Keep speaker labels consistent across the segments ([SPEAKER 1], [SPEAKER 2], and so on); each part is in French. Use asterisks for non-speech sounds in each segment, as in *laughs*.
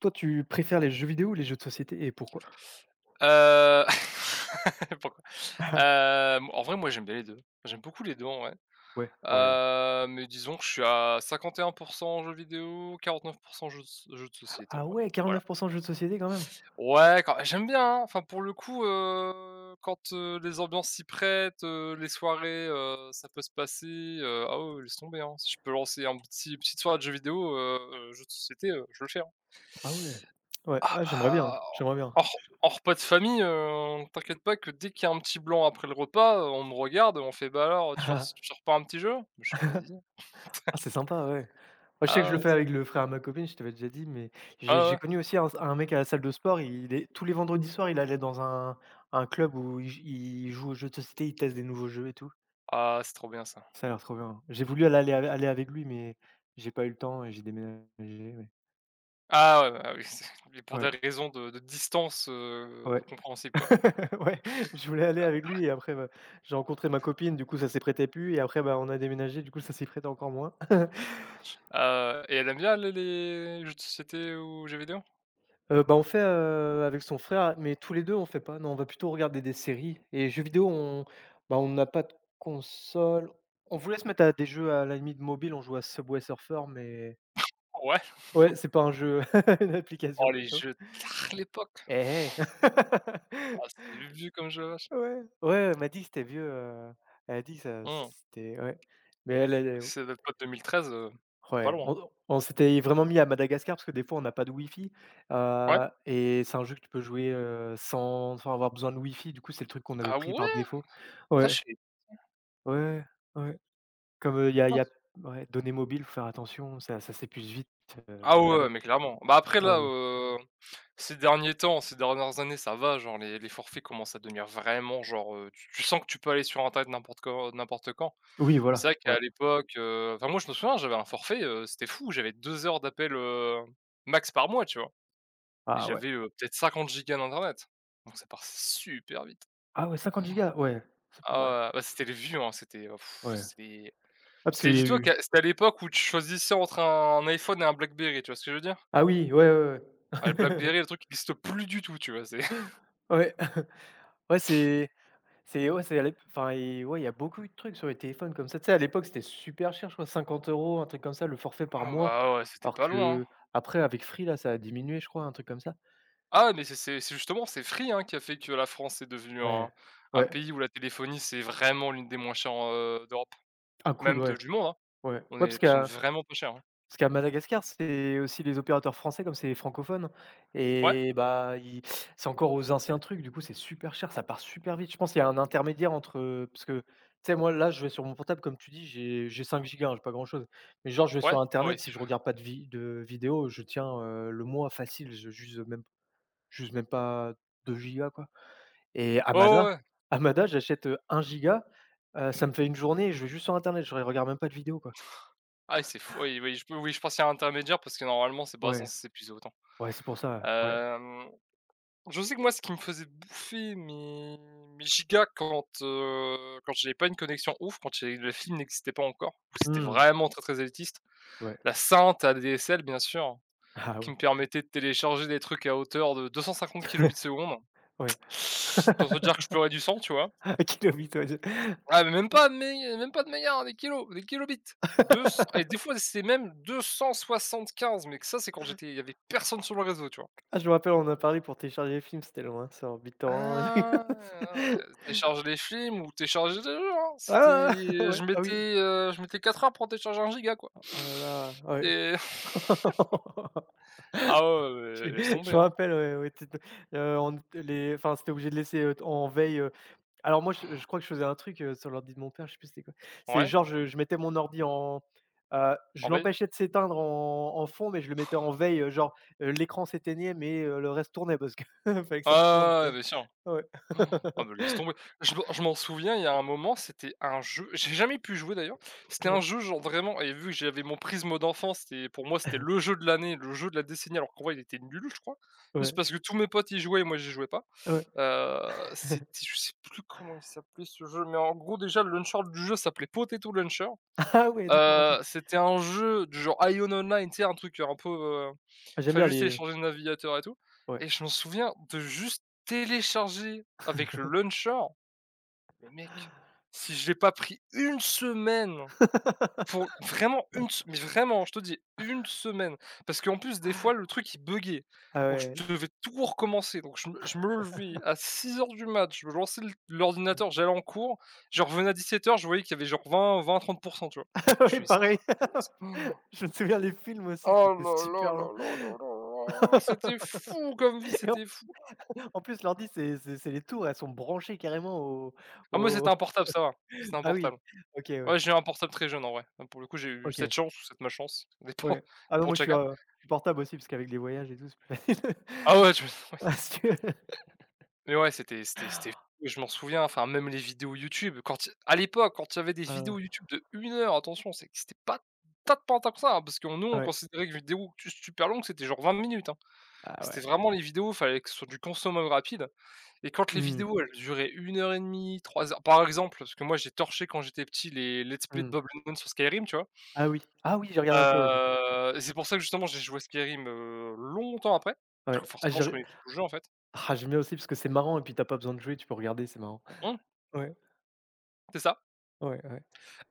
[SPEAKER 1] Toi, tu préfères les jeux vidéo ou les jeux de société et pourquoi?
[SPEAKER 2] Heu, *laughs* Pourquoi?
[SPEAKER 1] *laughs*
[SPEAKER 2] En vrai, moi, j'aime bien les 2. J'aime beaucoup les 2, en vrai.
[SPEAKER 1] Ouais, ouais.
[SPEAKER 2] Mais disons que je suis à 51% jeux vidéo, 49 jeux de société, en
[SPEAKER 1] Ah
[SPEAKER 2] vrai.
[SPEAKER 1] ouais,
[SPEAKER 2] Voilà.
[SPEAKER 1] 49 jeux de société quand même?
[SPEAKER 2] Ouais, quand j'aime bien, hein. Enfin, pour le coup, quand, les ambiances s'y prêtent, les soirées, ça peut se passer, ah ouais, ouais, laisse tomber, hein. Si je peux lancer un petite soirée de jeux vidéo, jeux de société, je le fais, hein.
[SPEAKER 1] Ah ouais. Ouais,
[SPEAKER 2] Ah
[SPEAKER 1] ah j'aimerais bien,
[SPEAKER 2] bah,
[SPEAKER 1] j'aimerais bien.
[SPEAKER 2] Hors hors repas de famille, t'inquiète pas que dès qu'il y a un petit blanc après le repas, on me regarde, on fait: «Bah alors, tu sors tu
[SPEAKER 1] *laughs*
[SPEAKER 2] sors pas un petit jeu?» Je suis «Bah vas-y».
[SPEAKER 1] Ah c'est sympa, ouais. Moi, je sais que je
[SPEAKER 2] Ah
[SPEAKER 1] le
[SPEAKER 2] ouais,
[SPEAKER 1] fais avec le frère à ma copine, je t'avais déjà dit, mais j'ai
[SPEAKER 2] ah
[SPEAKER 1] j'ai
[SPEAKER 2] ouais.
[SPEAKER 1] connu aussi un mec à la salle de sport, il est tous les vendredis soirs, il allait dans un club où il joue aux jeux de société, il teste des nouveaux jeux et tout.
[SPEAKER 2] Ah c'est trop bien ça.
[SPEAKER 1] Ça a l'air trop bien. J'ai voulu aller avec lui, mais j'ai pas eu le temps et j'ai déménagé, ouais.
[SPEAKER 2] Ah ouais, bah oui, c'est *laughs* mais pour des
[SPEAKER 1] Ouais,
[SPEAKER 2] raisons de distance,
[SPEAKER 1] ouais.
[SPEAKER 2] compréhensible quoi.
[SPEAKER 1] *laughs* Ouais, je voulais aller avec lui et après, bah, j'ai rencontré ma copine, du coup, ça s'y prêtait plus et après, bah, on a déménagé, du coup, ça s'y prêtait encore moins. *laughs*
[SPEAKER 2] Et elle aime bien les jeux de société ou jeux vidéo?
[SPEAKER 1] Bah, on fait, avec son frère, mais tous les 2 on fait pas, non, on va plutôt regarder des séries et jeux vidéo, on bah, on n'a pas de console. On voulait se mettre à des jeux à la limite mobile, on joue à Subway Surfer, mais
[SPEAKER 2] Ouais.
[SPEAKER 1] ouais, c'est pas un jeu, *laughs* une
[SPEAKER 2] Oh
[SPEAKER 1] application
[SPEAKER 2] les
[SPEAKER 1] plutôt.
[SPEAKER 2] jeux car l'époque!
[SPEAKER 1] Eh, eh!
[SPEAKER 2] Ah
[SPEAKER 1] *laughs*
[SPEAKER 2] c'est vieux comme jeu, la vache.
[SPEAKER 1] Ouais, ouais, elle m'a dit que c'était vieux, elle a dit que ça
[SPEAKER 2] Mmh.
[SPEAKER 1] c'était ouais, mais elle
[SPEAKER 2] Ça date pas de 2013, c'est pas
[SPEAKER 1] Ouais,
[SPEAKER 2] loin, hein.
[SPEAKER 1] on s'était vraiment mis à Madagascar parce que des fois on n'a pas de wifi,
[SPEAKER 2] Ouais?
[SPEAKER 1] et c'est un jeu que tu peux jouer, sans avoir besoin de Wi-Fi. Du coup, c'est le truc qu'on avait
[SPEAKER 2] Ah
[SPEAKER 1] pris
[SPEAKER 2] ouais?
[SPEAKER 1] par défaut.
[SPEAKER 2] Ça je
[SPEAKER 1] Ouais,
[SPEAKER 2] savais.
[SPEAKER 1] ouais, ouais, ouais. Comme, il y a ouais, données mobiles, faut faire attention, ça s'épuise vite,
[SPEAKER 2] Ah ouais,
[SPEAKER 1] là-bas.
[SPEAKER 2] ouais, mais clairement. Bah, après
[SPEAKER 1] Ah
[SPEAKER 2] là,
[SPEAKER 1] ouais.
[SPEAKER 2] ces derniers temps, ces dernières années, ça va, genre les forfaits commencent à devenir vraiment genre, tu sens que tu peux aller sur internet n'importe quand n'importe quand.
[SPEAKER 1] Oui,
[SPEAKER 2] Mais c'est
[SPEAKER 1] voilà,
[SPEAKER 2] vrai
[SPEAKER 1] ouais.
[SPEAKER 2] qu'à l'époque, enfin moi je me souviens, j'avais un forfait, c'était fou, j'avais 2 heures d'appel, max par mois, tu vois? Et
[SPEAKER 1] Ah ouais.
[SPEAKER 2] j'avais, peut-être 50 gigas d'internet. Donc ça part super vite.
[SPEAKER 1] Ah ouais, 50 gigas? Ouais, c'est ouais,
[SPEAKER 2] Ah ouais, bah, c'était les vieux, hein,
[SPEAKER 1] ouais.
[SPEAKER 2] c'était
[SPEAKER 1] Ah parce qu'il
[SPEAKER 2] c'était
[SPEAKER 1] y a
[SPEAKER 2] dis-toi que
[SPEAKER 1] eu
[SPEAKER 2] c'était à l'époque où tu choisissais entre un iPhone et un BlackBerry, tu vois ce que je veux dire?
[SPEAKER 1] ah oui, ouais, ouais, ouais.
[SPEAKER 2] Ah, le BlackBerry, le
[SPEAKER 1] *laughs*
[SPEAKER 2] truc qui existe plus du tout, tu vois? C'est *laughs*
[SPEAKER 1] Ouais. *laughs* Ouais, c'est ouais, c'est à l'ép enfin et ouais, il y a beaucoup eu de trucs sur les téléphones comme ça. Tu sais, à l'époque, c'était super cher, je crois 50 euros un truc comme ça, le forfait par
[SPEAKER 2] ah
[SPEAKER 1] mois.
[SPEAKER 2] bah, ouais, c'était
[SPEAKER 1] Alors
[SPEAKER 2] pas loin, hein.
[SPEAKER 1] que après avec Free, là, ça a diminué, je crois, un truc comme ça.
[SPEAKER 2] Ah, mais c'est justement, c'est Free, hein, qui a fait que la France est devenue
[SPEAKER 1] Ouais,
[SPEAKER 2] un
[SPEAKER 1] ouais.
[SPEAKER 2] pays où la téléphonie, c'est vraiment l'une des moins chères, d'Europe,
[SPEAKER 1] Ah
[SPEAKER 2] même
[SPEAKER 1] cool,
[SPEAKER 2] de
[SPEAKER 1] ouais,
[SPEAKER 2] du monde, hein.
[SPEAKER 1] ouais. Ouais,
[SPEAKER 2] On est on est vraiment pas cher, hein.
[SPEAKER 1] Parce qu'à Madagascar, c'est aussi les opérateurs français, comme c'est francophone
[SPEAKER 2] Ouais,
[SPEAKER 1] et bah, ils c'est encore aux anciens trucs, du coup, c'est super cher, ça part super vite. Je pense qu'il y a un intermédiaire entre, parce que, tu sais, moi, là, je vais sur mon portable, comme tu dis, j'ai 5 gigas, hein, j'ai pas grand-chose. Mais genre, je vais
[SPEAKER 2] ouais,
[SPEAKER 1] sur
[SPEAKER 2] ah ouais,
[SPEAKER 1] internet,
[SPEAKER 2] c'est
[SPEAKER 1] si je regarde pas de vi de vidéos, je tiens, le mois facile, je juste même j'use même pas 2 gigas, quoi. Et à
[SPEAKER 2] ouais, ouais,
[SPEAKER 1] Mada
[SPEAKER 2] ouais.
[SPEAKER 1] à Mada, j'achète, 1 giga, ça me fait une journée, je vais juste sur internet, je regarde même pas de vidéos, quoi.
[SPEAKER 2] Ah oui, c'est fou, oui, oui, je peux oui, je pense qu'il y a un intermédiaire parce que normalement, c'est pas
[SPEAKER 1] Ouais,
[SPEAKER 2] censé s'épuiser autant.
[SPEAKER 1] ouais, c'est pour ça, ouais.
[SPEAKER 2] Hem Je sais que moi, ce qui me faisait bouffer mes gigas quand, quand j'avais pas une connexion ouf, quand j'avais le film n'existait pas encore, où c'était
[SPEAKER 1] Mmh.
[SPEAKER 2] vraiment très, très élitiste.
[SPEAKER 1] Ouais.
[SPEAKER 2] La sainte ADSL, bien sûr,
[SPEAKER 1] Ah
[SPEAKER 2] qui
[SPEAKER 1] ouais.
[SPEAKER 2] me permettait de télécharger des trucs à hauteur de
[SPEAKER 1] *laughs*
[SPEAKER 2] 250 kilobits/seconde.
[SPEAKER 1] Ouais.
[SPEAKER 2] Autant te dire
[SPEAKER 1] *laughs*
[SPEAKER 2] que je pleurais du sang, tu vois?
[SPEAKER 1] Kill 'em with Audio.
[SPEAKER 2] Ah, mais même pas de mégas, des kilos, des kilobits. Deux c et
[SPEAKER 1] *laughs*
[SPEAKER 2] des fois, c'était même 275, mais que ça, c'est quand j'étais il y avait personne sur le réseau, tu vois?
[SPEAKER 1] Ah, je me rappelle, on en a parlé pour télécharger les films, c'était loin, sur BitTorrent. Et tout.
[SPEAKER 2] Ah ouais, ouais, ouais.
[SPEAKER 1] *laughs*
[SPEAKER 2] Télécharger les films ou télécharger des jeux, hein. C'était,
[SPEAKER 1] Ah! *laughs*
[SPEAKER 2] je
[SPEAKER 1] Ouais, ah
[SPEAKER 2] mettais,
[SPEAKER 1] oui.
[SPEAKER 2] heu, je mettais 4 heures pour télécharger 1 giga, quoi.
[SPEAKER 1] Oh là là,
[SPEAKER 2] C'est
[SPEAKER 1] ah
[SPEAKER 2] *laughs*
[SPEAKER 1] *laughs*
[SPEAKER 2] ah ouais, mais
[SPEAKER 1] Je
[SPEAKER 2] laisse tomber,
[SPEAKER 1] je me
[SPEAKER 2] hein.
[SPEAKER 1] rappelle, ouais, ouais, tu te on les enfin, c'était obligé de laisser, en veille. Alors moi, je crois que je faisais un truc, sur l'ordi de mon père, je sais plus c'était quoi. C'est
[SPEAKER 2] Ouais?
[SPEAKER 1] genre je mettais mon ordi en
[SPEAKER 2] En
[SPEAKER 1] je
[SPEAKER 2] veille?
[SPEAKER 1] l'empêchais de s'éteindre en en fond, mais je le mettais en veille, genre, l'écran s'éteignait, mais le reste tournait parce que *laughs* fallait que
[SPEAKER 2] Ouais,
[SPEAKER 1] ça tourne.
[SPEAKER 2] ouais, ouais, bien sûr.
[SPEAKER 1] Ouais.
[SPEAKER 2] Ah bah, laisse
[SPEAKER 1] *laughs*
[SPEAKER 2] tomber. Je m'en souviens, il y a un moment, c'était un jeu j'ai jamais pu jouer d'ailleurs. C'était
[SPEAKER 1] Ouais.
[SPEAKER 2] un jeu genre vraiment et vu que j'avais mon prisme d'enfance, c'était pour moi, c'était le jeu de l'année, le jeu de la décennie alors qu'en vrai, il était nul, je crois. Juste
[SPEAKER 1] Ouais,
[SPEAKER 2] parce que tous mes potes y jouaient et moi j'y jouais pas.
[SPEAKER 1] ouais.
[SPEAKER 2] C'était
[SPEAKER 1] *laughs*
[SPEAKER 2] je sais plus comment il s'appelait ce jeu, mais en gros déjà le launcher du jeu s'appelait Potato Launcher.
[SPEAKER 1] Ah ouais, d'accord, OK.
[SPEAKER 2] C'était un jeu du genre Ion Online, tu sais un truc, un peu,
[SPEAKER 1] Ah, j'aime
[SPEAKER 2] fallait
[SPEAKER 1] bien
[SPEAKER 2] juste
[SPEAKER 1] les
[SPEAKER 2] télécharger le navigateur et tout
[SPEAKER 1] ouais.
[SPEAKER 2] et je m'en souviens de juste télécharger avec le launcher, mais mec, si je l'ai pas pris une semaine pour
[SPEAKER 1] *laughs*
[SPEAKER 2] vraiment une se mais vraiment, je te dis une semaine, parce qu'en plus des fois le truc il buggait,
[SPEAKER 1] Ah
[SPEAKER 2] donc
[SPEAKER 1] ouais.
[SPEAKER 2] je devais tout recommencer, donc je me levais à 6 heures du mat, je me lançais l'ordinateur, j'allais en cours, je revenais à 17 heures, je voyais qu'il y avait genre vingt vingt 30%, tu vois?
[SPEAKER 1] *laughs*
[SPEAKER 2] Je
[SPEAKER 1] Oui,
[SPEAKER 2] fais: «C'est pas
[SPEAKER 1] pareil.
[SPEAKER 2] possible». *gasps*
[SPEAKER 1] *laughs* Je me souviens les films aussi,
[SPEAKER 2] Oh là
[SPEAKER 1] c'était
[SPEAKER 2] là
[SPEAKER 1] super long.
[SPEAKER 2] là là là là là,
[SPEAKER 1] *laughs*
[SPEAKER 2] c'était fou comme vie,
[SPEAKER 1] Et en
[SPEAKER 2] c'était fou.
[SPEAKER 1] en plus l'ordi, c'est les tours, elles sont branchées carrément au
[SPEAKER 2] Ah moi c'était
[SPEAKER 1] au
[SPEAKER 2] un portable, ça va, c'était un
[SPEAKER 1] Ah oui,
[SPEAKER 2] portable.
[SPEAKER 1] OK, ouais.
[SPEAKER 2] Ouais, j'ai eu un portable très jeune en vrai. Pour le coup, j'ai eu cette
[SPEAKER 1] OK,
[SPEAKER 2] chance ou cette malchance, ça dépend,
[SPEAKER 1] ouais.
[SPEAKER 2] *laughs*
[SPEAKER 1] Ah non,
[SPEAKER 2] pour
[SPEAKER 1] moi,
[SPEAKER 2] chacun.
[SPEAKER 1] je suis portable aussi parce qu'avec les voyages et tout, c'est plus facile.
[SPEAKER 2] Ah ouais,
[SPEAKER 1] *laughs*
[SPEAKER 2] tu
[SPEAKER 1] Ah si tu veux.
[SPEAKER 2] mais ouais, c'était fou et je m'en souviens, enfin même les vidéos YouTube, quand il à l'époque, quand il y avait des
[SPEAKER 1] Ah là
[SPEAKER 2] vidéos
[SPEAKER 1] là.
[SPEAKER 2] YouTube de 1 heure, attention, c'est que c'était pas tant que ça, hein, parce que nous,
[SPEAKER 1] Ah
[SPEAKER 2] on
[SPEAKER 1] ouais.
[SPEAKER 2] considérait que vidéo tu super longue, c'était genre 20 minutes, hein.
[SPEAKER 1] Ah ouais.
[SPEAKER 2] C'était vraiment les vidéos, fallait que ce soit du consommable rapide et quand les
[SPEAKER 1] Mmh,
[SPEAKER 2] vidéos, elles duraient 1 heure et demie, 3 heures par exemple, parce que moi, j'ai torché quand j'étais petit les let's play de
[SPEAKER 1] mmh.
[SPEAKER 2] Bob Lennon sur Skyrim, tu vois?
[SPEAKER 1] Ah oui. Ah oui, j'ai regardé un peu aussi.
[SPEAKER 2] Et c'est pour ça que justement j'ai joué à Skyrim, longtemps après, parce
[SPEAKER 1] Ouais.
[SPEAKER 2] que
[SPEAKER 1] Ah
[SPEAKER 2] forcément
[SPEAKER 1] j'ai
[SPEAKER 2] je
[SPEAKER 1] re
[SPEAKER 2] connaissais tout le jeu en fait.
[SPEAKER 1] ah j'aime bien aussi parce que c'est marrant et puis tu as pas besoin de jouer, tu peux regarder, c'est marrant.
[SPEAKER 2] Mmh,
[SPEAKER 1] Ouais,
[SPEAKER 2] c'est ça.
[SPEAKER 1] ouais, ouais.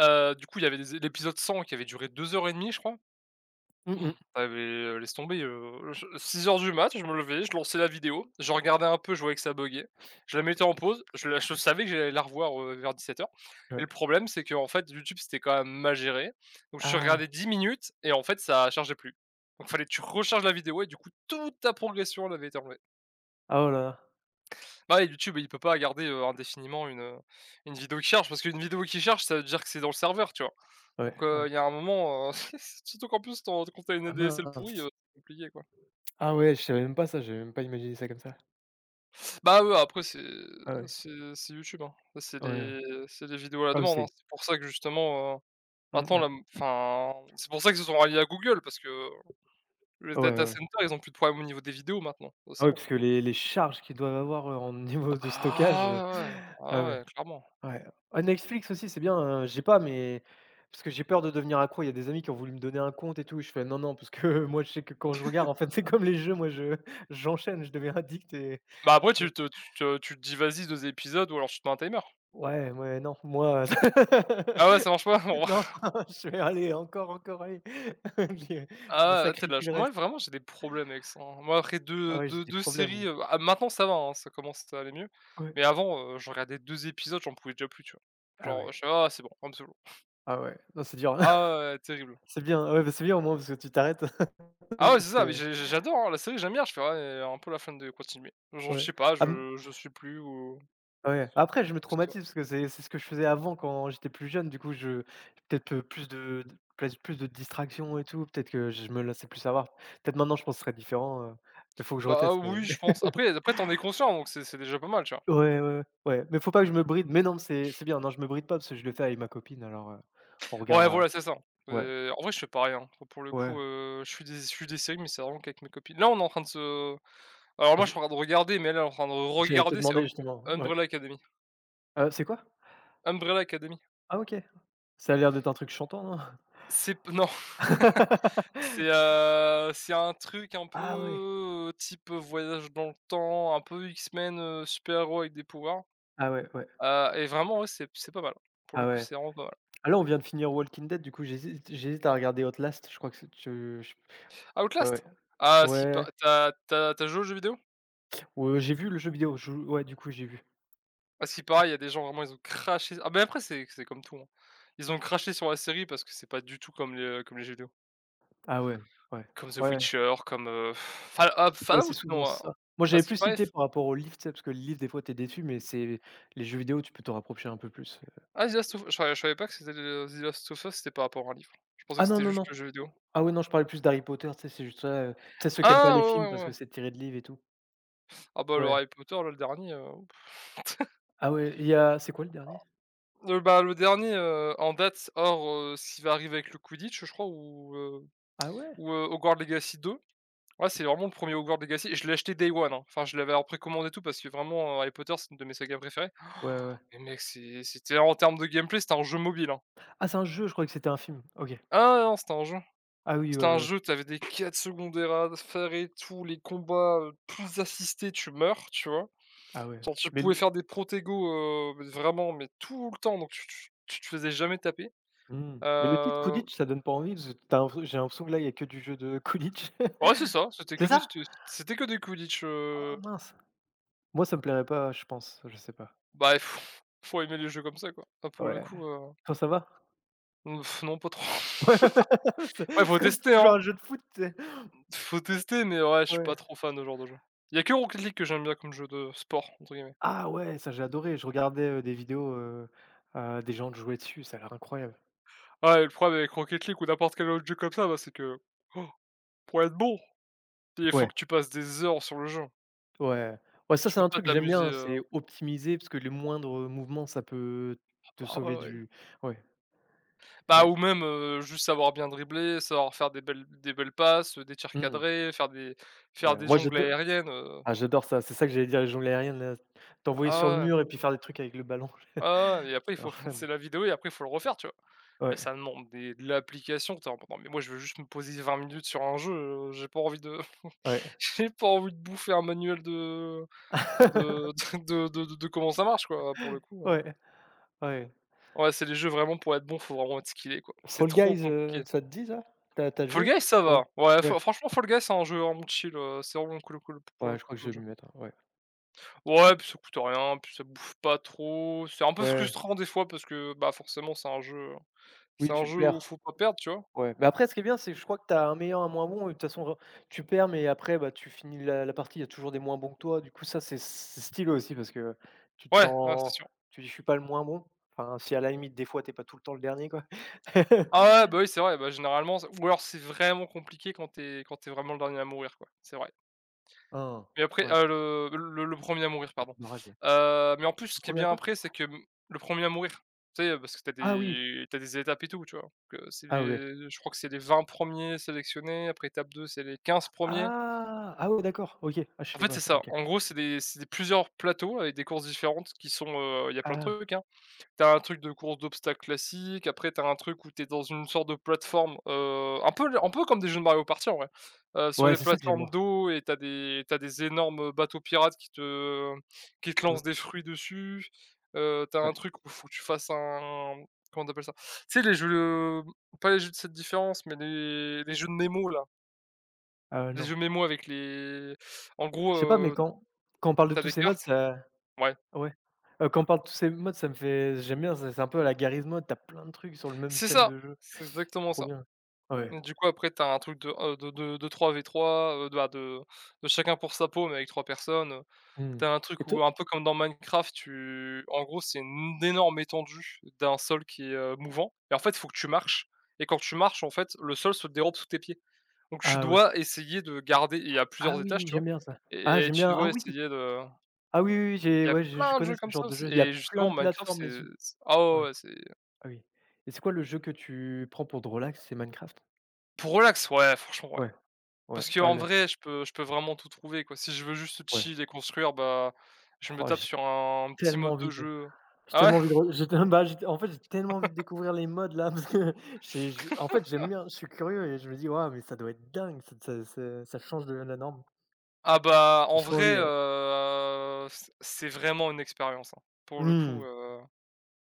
[SPEAKER 2] Du coup, il y avait des l'épisode 100 qui avait duré 2 heures et demie, je crois.
[SPEAKER 1] Mmh
[SPEAKER 2] Oh,
[SPEAKER 1] mh.
[SPEAKER 2] ça avait, laisse tomber, je 6h du mat, je me levais, je lançais la vidéo, je regardais un peu, je voyais que ça buguait. Je la mettais en pause, je savais que j'allais la revoir, vers 17 heures. Et le
[SPEAKER 1] Ouais.
[SPEAKER 2] problème, c'est qu'en fait, YouTube, c'était quand même mal géré. Donc je regardais
[SPEAKER 1] Ah!
[SPEAKER 2] 10 minutes et en fait, ça chargeait plus. Donc fallait que tu recharges la vidéo et du coup, toute ta progression, elle avait été enlevée.
[SPEAKER 1] Ah oh là là.
[SPEAKER 2] Bah, ouais, YouTube, il peut pas garder, indéfiniment une vidéo qui charge, parce qu'une vidéo qui charge, ça veut dire que c'est dans le serveur, tu vois?
[SPEAKER 1] Ouais,
[SPEAKER 2] Donc,
[SPEAKER 1] ouais.
[SPEAKER 2] il y a un moment, *laughs* surtout qu'en plus ton quand tu as une
[SPEAKER 1] Ah
[SPEAKER 2] ADSL pourrie,
[SPEAKER 1] mince!
[SPEAKER 2] c'est compliqué, quoi.
[SPEAKER 1] Ah ouais, je savais même pas ça, j'avais même pas imaginé ça comme ça.
[SPEAKER 2] Bah, ouais, après
[SPEAKER 1] Ah ouais.
[SPEAKER 2] c'est c'est YouTube, hein. Ça, C'est
[SPEAKER 1] Ouais, ouais.
[SPEAKER 2] les c'est les vidéos à la
[SPEAKER 1] Ah oui,
[SPEAKER 2] demande, hein.
[SPEAKER 1] c'est
[SPEAKER 2] C'est pour ça que justement,
[SPEAKER 1] mmh
[SPEAKER 2] maintenant
[SPEAKER 1] mh.
[SPEAKER 2] la enfin, c'est pour ça qu'ils se sont ralliés à Google parce que les
[SPEAKER 1] Ouais, ouais,
[SPEAKER 2] data
[SPEAKER 1] ouais.
[SPEAKER 2] centers, ils ont plus de problèmes au niveau des vidéos maintenant,
[SPEAKER 1] Ah
[SPEAKER 2] c'est
[SPEAKER 1] oui,
[SPEAKER 2] bon.
[SPEAKER 1] parce que les charges qu'ils doivent avoir, en *laughs*
[SPEAKER 2] Ah
[SPEAKER 1] niveau
[SPEAKER 2] bah,
[SPEAKER 1] de stockage,
[SPEAKER 2] ah ouais, ouais, ah
[SPEAKER 1] ah ouais,
[SPEAKER 2] ouais, clairement.
[SPEAKER 1] ouais. Ah Netflix aussi, c'est bien, hein, j'ai pas, mais parce que j'ai peur de devenir accro. Il y a des amis qui ont voulu me donner un compte et tout, je fais: «Non, non», parce que *laughs* moi, je sais que quand je regarde, en fait, c'est comme les jeux, moi, je *laughs* j'enchaîne, je deviens addict et
[SPEAKER 2] Bah, après
[SPEAKER 1] je
[SPEAKER 2] tu te dis: «Vas-y 2 épisodes» ou alors tu te mets un timer.
[SPEAKER 1] ouais, ouais, non, moi,
[SPEAKER 2] Ah ouais,
[SPEAKER 1] *laughs*
[SPEAKER 2] ça marche pas? *laughs* Bon, bah.
[SPEAKER 1] non, *laughs* je vais aller encore, encore, allez, *laughs* je je
[SPEAKER 2] Ah ouais, tu de la
[SPEAKER 1] sacrifie
[SPEAKER 2] ch
[SPEAKER 1] le
[SPEAKER 2] moi
[SPEAKER 1] reste.
[SPEAKER 2] vraiment j'ai des problèmes avec ça, hein. Moi après
[SPEAKER 1] Ah
[SPEAKER 2] deux
[SPEAKER 1] ouais, j'ai
[SPEAKER 2] deux
[SPEAKER 1] des
[SPEAKER 2] deux séries,
[SPEAKER 1] problèmes.
[SPEAKER 2] ah maintenant ça va, hein, ça commence à aller mieux.
[SPEAKER 1] Ouais.
[SPEAKER 2] Mais avant, je regardais 2 épisodes, j'en pouvais déjà plus, tu vois?
[SPEAKER 1] Ah ouais,
[SPEAKER 2] Genre, je fais: «Ah c'est bon, ça».
[SPEAKER 1] ah ouais, non, c'est dur.
[SPEAKER 2] Ah ouais,
[SPEAKER 1] *laughs*
[SPEAKER 2] terrible.
[SPEAKER 1] C'est bien, ouais, bah, c'est bien au moins parce que tu t'arrêtes *laughs*
[SPEAKER 2] Ah ouais, c'est
[SPEAKER 1] parce
[SPEAKER 2] ça, mais
[SPEAKER 1] que
[SPEAKER 2] j'adore, hein, la série, j'aime bien, je fais: «Ouais, un peu la fin de continuer». Genre je
[SPEAKER 1] Ouais.
[SPEAKER 2] sais pas,
[SPEAKER 1] Ah mmh,
[SPEAKER 2] je suis plus ou
[SPEAKER 1] ouais. Après je me
[SPEAKER 2] que ce soit.
[SPEAKER 1] traumatise parce que c'est ce que je faisais avant quand j'étais plus jeune. Du coup, je peut-être, plus de place plus de distractions et tout, peut-être que je me laissais plus savoir. Peut-être maintenant je pense que ce serait différent, il faut que je
[SPEAKER 2] Bah
[SPEAKER 1] reteste mais
[SPEAKER 2] oui, je pense. Après
[SPEAKER 1] *laughs*
[SPEAKER 2] après t'en es conscient donc c'est déjà pas mal, tu vois?
[SPEAKER 1] ouais, ouais, ouais, ouais, mais faut pas que je me bride. Mais non, c'est bien, non, je me bride pas parce que je le fais avec ma copine alors, on
[SPEAKER 2] Ouais,
[SPEAKER 1] regarde,
[SPEAKER 2] voilà, c'est ça.
[SPEAKER 1] ouais,
[SPEAKER 2] En vrai je fais pas rien. Pour le coup,
[SPEAKER 1] ouais.
[SPEAKER 2] je suis des séries mais c'est vraiment qu'avec mes copines. Là on est en train de se. Alors moi, je
[SPEAKER 1] J
[SPEAKER 2] suis en train de regarder, mais elle, elle est en train de
[SPEAKER 1] J'allais te
[SPEAKER 2] regarder, c'est
[SPEAKER 1] demander justement, ouais.
[SPEAKER 2] Umbrella Academy.
[SPEAKER 1] C'est quoi?
[SPEAKER 2] Umbrella Academy.
[SPEAKER 1] Ah OK. Ça a l'air d'être un truc chantant, non?
[SPEAKER 2] C'est p Non, *laughs* c'est,
[SPEAKER 1] *laughs*
[SPEAKER 2] heu, c'est un truc un peu,
[SPEAKER 1] Ah ouais,
[SPEAKER 2] type, voyage dans le temps, un peu X-Men, super-héros avec des pouvoirs,
[SPEAKER 1] ah ouais, ouais,
[SPEAKER 2] et vraiment, ouais, c'est pas mal. Pour le
[SPEAKER 1] ah
[SPEAKER 2] coup,
[SPEAKER 1] ouais.
[SPEAKER 2] c'est vraiment pas mal.
[SPEAKER 1] Ah là, on vient de finir Walking Dead, du coup, j'hésite à regarder Outlast, je crois que c'est je
[SPEAKER 2] Outlast?
[SPEAKER 1] ouais,
[SPEAKER 2] Ah, à ce qui pa
[SPEAKER 1] ouais,
[SPEAKER 2] T'as t'as tu joué aux jeux vidéo?
[SPEAKER 1] ouais, j'ai vu le jeu vidéo, je ouais, du coup, j'ai vu.
[SPEAKER 2] Ah, ce qui paraît, il y a des gens vraiment, ils ont craché ah, mais après, c'est comme tout, hein. Ils ont craché sur la série parce que c'est pas du tout comme comme les jeux vidéo.
[SPEAKER 1] Ah ouais, ouais,
[SPEAKER 2] Comme The
[SPEAKER 1] ouais,
[SPEAKER 2] Witcher, comme,
[SPEAKER 1] ouais, c'est
[SPEAKER 2] Fallout
[SPEAKER 1] souvent
[SPEAKER 2] non, hein.
[SPEAKER 1] ça. Moi,
[SPEAKER 2] À
[SPEAKER 1] j'avais
[SPEAKER 2] ce qui
[SPEAKER 1] plus
[SPEAKER 2] paraît
[SPEAKER 1] cité
[SPEAKER 2] F
[SPEAKER 1] par rapport au livre, tu sais? Parce que le livre, des fois, t'es déçu, mais c'est les jeux vidéo, tu peux t'en rapprocher un peu plus.
[SPEAKER 2] ah The Last of Us, je savais pas que c'était le The Last of Us, c'était par rapport à un livre. Je pensais
[SPEAKER 1] Ah
[SPEAKER 2] que
[SPEAKER 1] non,
[SPEAKER 2] c'était
[SPEAKER 1] non,
[SPEAKER 2] juste
[SPEAKER 1] non.
[SPEAKER 2] le jeu vidéo.
[SPEAKER 1] Ah ouais, non, je parlais plus d'Harry Potter, tu sais? C'est juste ça, tu sais, ceux qui aiment pas
[SPEAKER 2] Ah
[SPEAKER 1] les
[SPEAKER 2] ouais,
[SPEAKER 1] films
[SPEAKER 2] ouais,
[SPEAKER 1] parce
[SPEAKER 2] ouais.
[SPEAKER 1] que c'est tiré de livres et tout.
[SPEAKER 2] Ah bah, le
[SPEAKER 1] Ouais.
[SPEAKER 2] Harry Potter là, le dernier, ouf.
[SPEAKER 1] Ah ouais, il y a c'est quoi le dernier?
[SPEAKER 2] Le dernier, en date hors, ce qui va arriver avec le Quidditch, je crois
[SPEAKER 1] Ah ouais?
[SPEAKER 2] ou, Hogwarts Legacy 2. Ouais, c'est vraiment le premier Hogwarts Legacy et je l'ai acheté day one, hein. Enfin, je l'avais en précommandé et tout parce que vraiment, Harry Potter, c'est une de mes sagas préférées.
[SPEAKER 1] Ouais, ouais.
[SPEAKER 2] *gasps* Mais mec, c'était en termes de gameplay, c'était un jeu mobile, hein.
[SPEAKER 1] Ah, c'est un jeu, je croyais que c'était un film. OK.
[SPEAKER 2] Ah ouais, non, c'était un jeu.
[SPEAKER 1] Ah oui, ouais,
[SPEAKER 2] C'était un
[SPEAKER 1] ouais.
[SPEAKER 2] jeu, t'avais des quêtes secondaires à faire et tout, les combats, plus assistés, tu meurs, tu vois?
[SPEAKER 1] Ah ouais.
[SPEAKER 2] Genre tu
[SPEAKER 1] Mais
[SPEAKER 2] pouvais
[SPEAKER 1] l
[SPEAKER 2] faire des protégos, vraiment, mais tout le temps, donc tu te faisais jamais taper.
[SPEAKER 1] Mmh. Mais le titre
[SPEAKER 2] Heu,
[SPEAKER 1] Quidditch, ça donne pas envie parce que tu as j'ai l'impression que là, il y a que du jeu de Quidditch.
[SPEAKER 2] ouais, c'est ça,
[SPEAKER 1] *laughs* C'est ça?
[SPEAKER 2] c'était que des Quidditch,
[SPEAKER 1] Ah mince! Moi, ça me plairait pas, je pense, je sais pas.
[SPEAKER 2] bah, il faut faut aimer les jeux comme ça, quoi. Là, pour le
[SPEAKER 1] Ouais.
[SPEAKER 2] coup,
[SPEAKER 1] Toi, ça va?
[SPEAKER 2] non, pas trop. *laughs*
[SPEAKER 1] *laughs*
[SPEAKER 2] Ouais,
[SPEAKER 1] C'est
[SPEAKER 2] faut
[SPEAKER 1] comme si
[SPEAKER 2] tester,
[SPEAKER 1] tu jouais à
[SPEAKER 2] hein,
[SPEAKER 1] un jeu de foot, tu
[SPEAKER 2] faut tester, mais ouais, je suis pas
[SPEAKER 1] Ouais.
[SPEAKER 2] trop fan de ce genre de jeu. Il y a que Rocket League que j'aime bien comme jeu de sport, entre guillemets.
[SPEAKER 1] Ah ouais, ça j'ai adoré, je regardais, des vidéos, des gens jouer dessus, ça a l'air incroyable.
[SPEAKER 2] Ouais, le problème avec Rocket League ou n'importe quel autre jeu comme ça, bah, c'est que oh, pour être bon, il faut
[SPEAKER 1] Ouais.
[SPEAKER 2] que tu passes des heures sur le jeu.
[SPEAKER 1] Ouais. Ouais, ça,
[SPEAKER 2] Tu
[SPEAKER 1] c'est
[SPEAKER 2] peux
[SPEAKER 1] un
[SPEAKER 2] pas
[SPEAKER 1] truc que j'aime
[SPEAKER 2] t'amuser,
[SPEAKER 1] bien, c'est optimiser parce que les moindres mouvements, ça peut te
[SPEAKER 2] bah,
[SPEAKER 1] sauver
[SPEAKER 2] ouais, ouais.
[SPEAKER 1] du ouais,
[SPEAKER 2] Bah,
[SPEAKER 1] ouais.
[SPEAKER 2] ou même, juste savoir bien dribbler, savoir faire des belles passes, des tirs
[SPEAKER 1] Mmh.
[SPEAKER 2] cadrés, faire
[SPEAKER 1] Ouais,
[SPEAKER 2] des
[SPEAKER 1] moi
[SPEAKER 2] jongles
[SPEAKER 1] j'ado
[SPEAKER 2] aériennes,
[SPEAKER 1] Ah j'adore ça, c'est ça que j'allais dire, les jonglées aériennes là, t'envoyer
[SPEAKER 2] ah
[SPEAKER 1] sur le
[SPEAKER 2] ouais,
[SPEAKER 1] mur et puis faire des trucs avec le ballon, *laughs* ça
[SPEAKER 2] ah ouais et après il
[SPEAKER 1] a
[SPEAKER 2] faut
[SPEAKER 1] l'air
[SPEAKER 2] *laughs*
[SPEAKER 1] fun.
[SPEAKER 2] c'est la vidéo et après il faut le refaire, tu vois? Mais
[SPEAKER 1] Ouais,
[SPEAKER 2] ça demande des de l'application, tu en mode: «Non mais moi je veux juste me poser 20 minutes sur un jeu, j'ai pas envie de *laughs*
[SPEAKER 1] ouais.
[SPEAKER 2] j'ai pas envie de bouffer un manuel de
[SPEAKER 1] *laughs*
[SPEAKER 2] *laughs* de comment ça marche, quoi, pour le coup.
[SPEAKER 1] Ouais, ouais.
[SPEAKER 2] Ouais, c'est les jeux vraiment pour être bon, faut vraiment être skillé, quoi. C'est
[SPEAKER 1] Fall
[SPEAKER 2] trop
[SPEAKER 1] Guys,
[SPEAKER 2] compliqué.
[SPEAKER 1] ça te dit ça? T'as As
[SPEAKER 2] Fall
[SPEAKER 1] joué?
[SPEAKER 2] Guys, ça
[SPEAKER 1] Ouais,
[SPEAKER 2] va. Ouais,
[SPEAKER 1] ouais,
[SPEAKER 2] franchement, Fall Guys, c'est un jeu vraiment chill, c'est vraiment cool pour le
[SPEAKER 1] ouais, je
[SPEAKER 2] coup
[SPEAKER 1] crois que
[SPEAKER 2] comme
[SPEAKER 1] je vais
[SPEAKER 2] jeu.
[SPEAKER 1] m'y mettre, ouais.
[SPEAKER 2] Ouais, puis ça coûte rien, puis ça bouffe pas trop. C'est un peu
[SPEAKER 1] Ouais,
[SPEAKER 2] frustrant des fois parce que, bah, forcément, c'est un jeu c'est
[SPEAKER 1] oui
[SPEAKER 2] un
[SPEAKER 1] tu
[SPEAKER 2] jeu où
[SPEAKER 1] perds,
[SPEAKER 2] faut pas perdre, tu vois?
[SPEAKER 1] ouais. Mais après ce qui est bien, c'est que je crois que t'as un meilleur, un moins bon et de toute façon, genre, tu perds mais après, bah, tu finis la partie, il y a toujours des moins bons que toi, du coup ça c'est stylé aussi parce que tu te
[SPEAKER 2] Ouais, ouais, c'est
[SPEAKER 1] sens
[SPEAKER 2] sûr.
[SPEAKER 1] tu dis: «Je suis pas le moins bon», enfin si à la limite des fois t'es pas tout le temps le dernier quoi.
[SPEAKER 2] Ah
[SPEAKER 1] *laughs*
[SPEAKER 2] ouais, bah, oui, c'est vrai, bah, généralement, c'est ou alors c'est vraiment compliqué quand t'es vraiment le dernier à mourir, quoi, c'est vrai.
[SPEAKER 1] Hein,
[SPEAKER 2] Mais après,
[SPEAKER 1] ouais.
[SPEAKER 2] le 1 à mourir,
[SPEAKER 1] Le
[SPEAKER 2] pardon.
[SPEAKER 1] petit Enragé.
[SPEAKER 2] Mais en plus, ce qui est
[SPEAKER 1] Le 1 à
[SPEAKER 2] bien
[SPEAKER 1] quoi?
[SPEAKER 2] après, c'est que, le premier à mourir, tu sais, parce que t'as
[SPEAKER 1] Ah oui!
[SPEAKER 2] des t'as des étapes et tout, tu vois? Donc, c'est
[SPEAKER 1] Ah ouais.
[SPEAKER 2] les je crois que c'est les 20 premiers sélectionnés, après étape 2, c'est les 15 premiers.
[SPEAKER 1] Ah! Ah ouais, d'accord, OK. Ah je
[SPEAKER 2] En
[SPEAKER 1] savais
[SPEAKER 2] fait, c'est
[SPEAKER 1] pas ça,
[SPEAKER 2] ça.
[SPEAKER 1] OK.
[SPEAKER 2] En gros, c'est des plusieurs plateaux avec des courses différentes qui sont, heu, il y a plein de
[SPEAKER 1] Ah
[SPEAKER 2] trucs, hein. T'as un truc de course d'obstacles classique, après t'as un truc où t'es dans une sorte de plateforme, un peu comme des jeux de Mario Party en vrai, sur
[SPEAKER 1] ouais,
[SPEAKER 2] des
[SPEAKER 1] c'est ça que j'aime
[SPEAKER 2] plateformes
[SPEAKER 1] bien.
[SPEAKER 2] d'eau et t'as des énormes bateaux pirates qui te
[SPEAKER 1] Mmh,
[SPEAKER 2] lancent des fruits dessus, tu as un
[SPEAKER 1] ouais.
[SPEAKER 2] truc où faut que tu fasses un comment tu appelles ça? Tu sais les jeux, pas les jeux de cette différence, mais les jeux de mémo là, les
[SPEAKER 1] Non.
[SPEAKER 2] jeux mémo avec les en gros,
[SPEAKER 1] Je sais pas, mais quand quand on parle de
[SPEAKER 2] tu as
[SPEAKER 1] tous
[SPEAKER 2] des
[SPEAKER 1] ces modes,
[SPEAKER 2] cartes,
[SPEAKER 1] ça
[SPEAKER 2] ouais,
[SPEAKER 1] ouais. Quand on parle de tous ces modes, ça me fait j'aime bien, c'est un peu à la Garry's Mod, tu as plein de trucs sur le même
[SPEAKER 2] c'est
[SPEAKER 1] thème
[SPEAKER 2] ça,
[SPEAKER 1] de jeu.
[SPEAKER 2] c'est exactement
[SPEAKER 1] Trop
[SPEAKER 2] ça.
[SPEAKER 1] bien. Ouais.
[SPEAKER 2] Mais du coup, après, t'as un truc de, de 3 v trois, de bah, de chacun pour sa peau, mais avec 3 personnes, heu. Tu
[SPEAKER 1] Mmh.
[SPEAKER 2] un
[SPEAKER 1] Et
[SPEAKER 2] truc
[SPEAKER 1] toi
[SPEAKER 2] où un peu comme dans Minecraft, tu en gros, c'est une énorme étendue d'un sol qui est, mouvant et en fait, il faut que tu marches et quand tu marches, en fait, le sol se dérobe sous tes pieds. Donc tu
[SPEAKER 1] ah ouais.
[SPEAKER 2] dois essayer de garder il y a
[SPEAKER 1] Ah
[SPEAKER 2] plusieurs étages,
[SPEAKER 1] oui,
[SPEAKER 2] tu vois?
[SPEAKER 1] j'aime bien ça. Ah
[SPEAKER 2] Et
[SPEAKER 1] j'aime
[SPEAKER 2] tu
[SPEAKER 1] bien ah
[SPEAKER 2] dois
[SPEAKER 1] oui!
[SPEAKER 2] essayer de
[SPEAKER 1] Ah oui, oui, oui,
[SPEAKER 2] il
[SPEAKER 1] j'ai
[SPEAKER 2] y a
[SPEAKER 1] ouais, je
[SPEAKER 2] plein de
[SPEAKER 1] connais
[SPEAKER 2] jeux
[SPEAKER 1] ce
[SPEAKER 2] comme
[SPEAKER 1] genre
[SPEAKER 2] ça
[SPEAKER 1] de
[SPEAKER 2] aussi
[SPEAKER 1] jeu. Il y a
[SPEAKER 2] et
[SPEAKER 1] plein
[SPEAKER 2] justement
[SPEAKER 1] de
[SPEAKER 2] Minecraft,
[SPEAKER 1] plateformes les unes
[SPEAKER 2] c'est ah ouais,
[SPEAKER 1] ouais.
[SPEAKER 2] ouais, c'est
[SPEAKER 1] Ah oui. Et c'est quoi le jeu que tu prends pour te relax? C'est Minecraft?
[SPEAKER 2] pour relax, ouais, franchement, ouais.
[SPEAKER 1] Ouais, ouais,
[SPEAKER 2] Parce que en
[SPEAKER 1] elle,
[SPEAKER 2] vrai, je peux vraiment tout trouver, quoi. Si je veux juste
[SPEAKER 1] ouais.
[SPEAKER 2] chill et construire, bah, je me
[SPEAKER 1] Oh,
[SPEAKER 2] tape
[SPEAKER 1] j'ai
[SPEAKER 2] sur un petit
[SPEAKER 1] tellement
[SPEAKER 2] mode de
[SPEAKER 1] envie de
[SPEAKER 2] jeu.
[SPEAKER 1] j'ai
[SPEAKER 2] Ah ouais?
[SPEAKER 1] tellement envie de re j'ai tellement *laughs* bah, j'ai en fait, j'ai tellement envie de découvrir les modes là parce que *laughs* j'ai je en fait, j'aime bien, je suis curieux et je me dis: «Waouh, mais ça doit être dingue, ça change de la norme».
[SPEAKER 2] Ah bah, en
[SPEAKER 1] J'ai trop
[SPEAKER 2] vrai,
[SPEAKER 1] envie,
[SPEAKER 2] c'est vraiment une expérience, hein. Pour le coup,
[SPEAKER 1] mmh,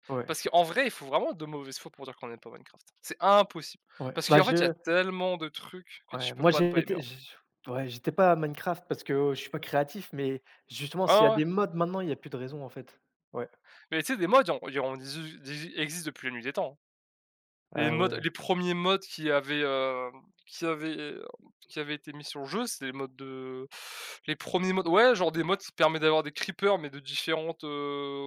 [SPEAKER 1] ouais,
[SPEAKER 2] parce qu'en vrai, il faut vraiment de mauvaise foi pour dire qu'on n'aime pas Minecraft. C'est impossible.
[SPEAKER 1] ouais.
[SPEAKER 2] Parce
[SPEAKER 1] Bah,
[SPEAKER 2] qu'en fait, il y a
[SPEAKER 1] je
[SPEAKER 2] tellement de trucs que tu
[SPEAKER 1] ouais,
[SPEAKER 2] peux
[SPEAKER 1] moi
[SPEAKER 2] pas ne pas aimer,
[SPEAKER 1] j'étais
[SPEAKER 2] en fait.
[SPEAKER 1] j ouais, j'étais pas à Minecraft parce que, je suis pas créatif, mais justement
[SPEAKER 2] Ouais,
[SPEAKER 1] s'il y
[SPEAKER 2] ouais,
[SPEAKER 1] a
[SPEAKER 2] ouais.
[SPEAKER 1] des modes maintenant, il y a plus de raison en fait. Ouais.
[SPEAKER 2] Mais tu sais, des mods, il y en exi existe depuis la nuit des temps, hein. Les
[SPEAKER 1] Ah
[SPEAKER 2] modes
[SPEAKER 1] ouais.
[SPEAKER 2] les premiers modes qui avaient, qui avaient, qui avaient été mis sur le jeu, c'est les premiers modes, ouais, genre des modes qui permet d'avoir des creepers mais de différentes,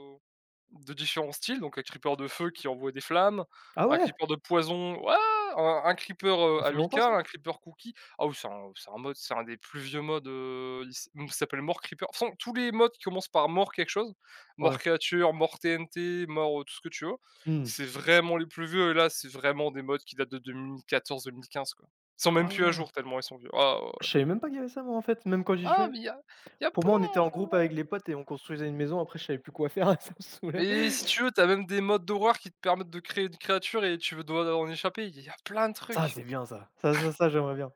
[SPEAKER 2] de différents styles, donc un creeper de feu qui envoie des flammes,
[SPEAKER 1] Ah
[SPEAKER 2] un
[SPEAKER 1] ouais?
[SPEAKER 2] creeper de poison, ouais, un creeper,
[SPEAKER 1] Ça fait longtemps
[SPEAKER 2] amical, un
[SPEAKER 1] ça?
[SPEAKER 2] creeper cookie. Ah oui, c'est un mode, c'est un des plus vieux modes, il s'appelle mort creeper. De toute façon, tous les modes qui commencent par mort quelque chose, mort
[SPEAKER 1] Ouais.
[SPEAKER 2] créature, mort TNT, mort, tout ce que tu veux,
[SPEAKER 1] Mmh.
[SPEAKER 2] c'est vraiment les plus vieux et là, c'est vraiment des modes qui datent de 2014-2015 quoi. Ils sont même
[SPEAKER 1] Ah
[SPEAKER 2] plus à
[SPEAKER 1] ouais.
[SPEAKER 2] jour tellement ils sont vieux. Ah ouais, ouais.
[SPEAKER 1] Je savais même pas qu'il y avait ça moi en fait, même quand j'y
[SPEAKER 2] Ah
[SPEAKER 1] jouais.
[SPEAKER 2] mais il y a
[SPEAKER 1] Pour moi, on était en
[SPEAKER 2] plein.
[SPEAKER 1] groupe avec les potes et on construisait une maison. Après, je savais plus quoi faire, *laughs* ça me saoulait.
[SPEAKER 2] Et si tu veux, t'as même des modes d'horreur qui te permettent de créer une créature et tu veux dois en échapper. Il y a plein de
[SPEAKER 1] Ça,
[SPEAKER 2] trucs.
[SPEAKER 1] c'est bien ça. Ça, j'aimerais bien.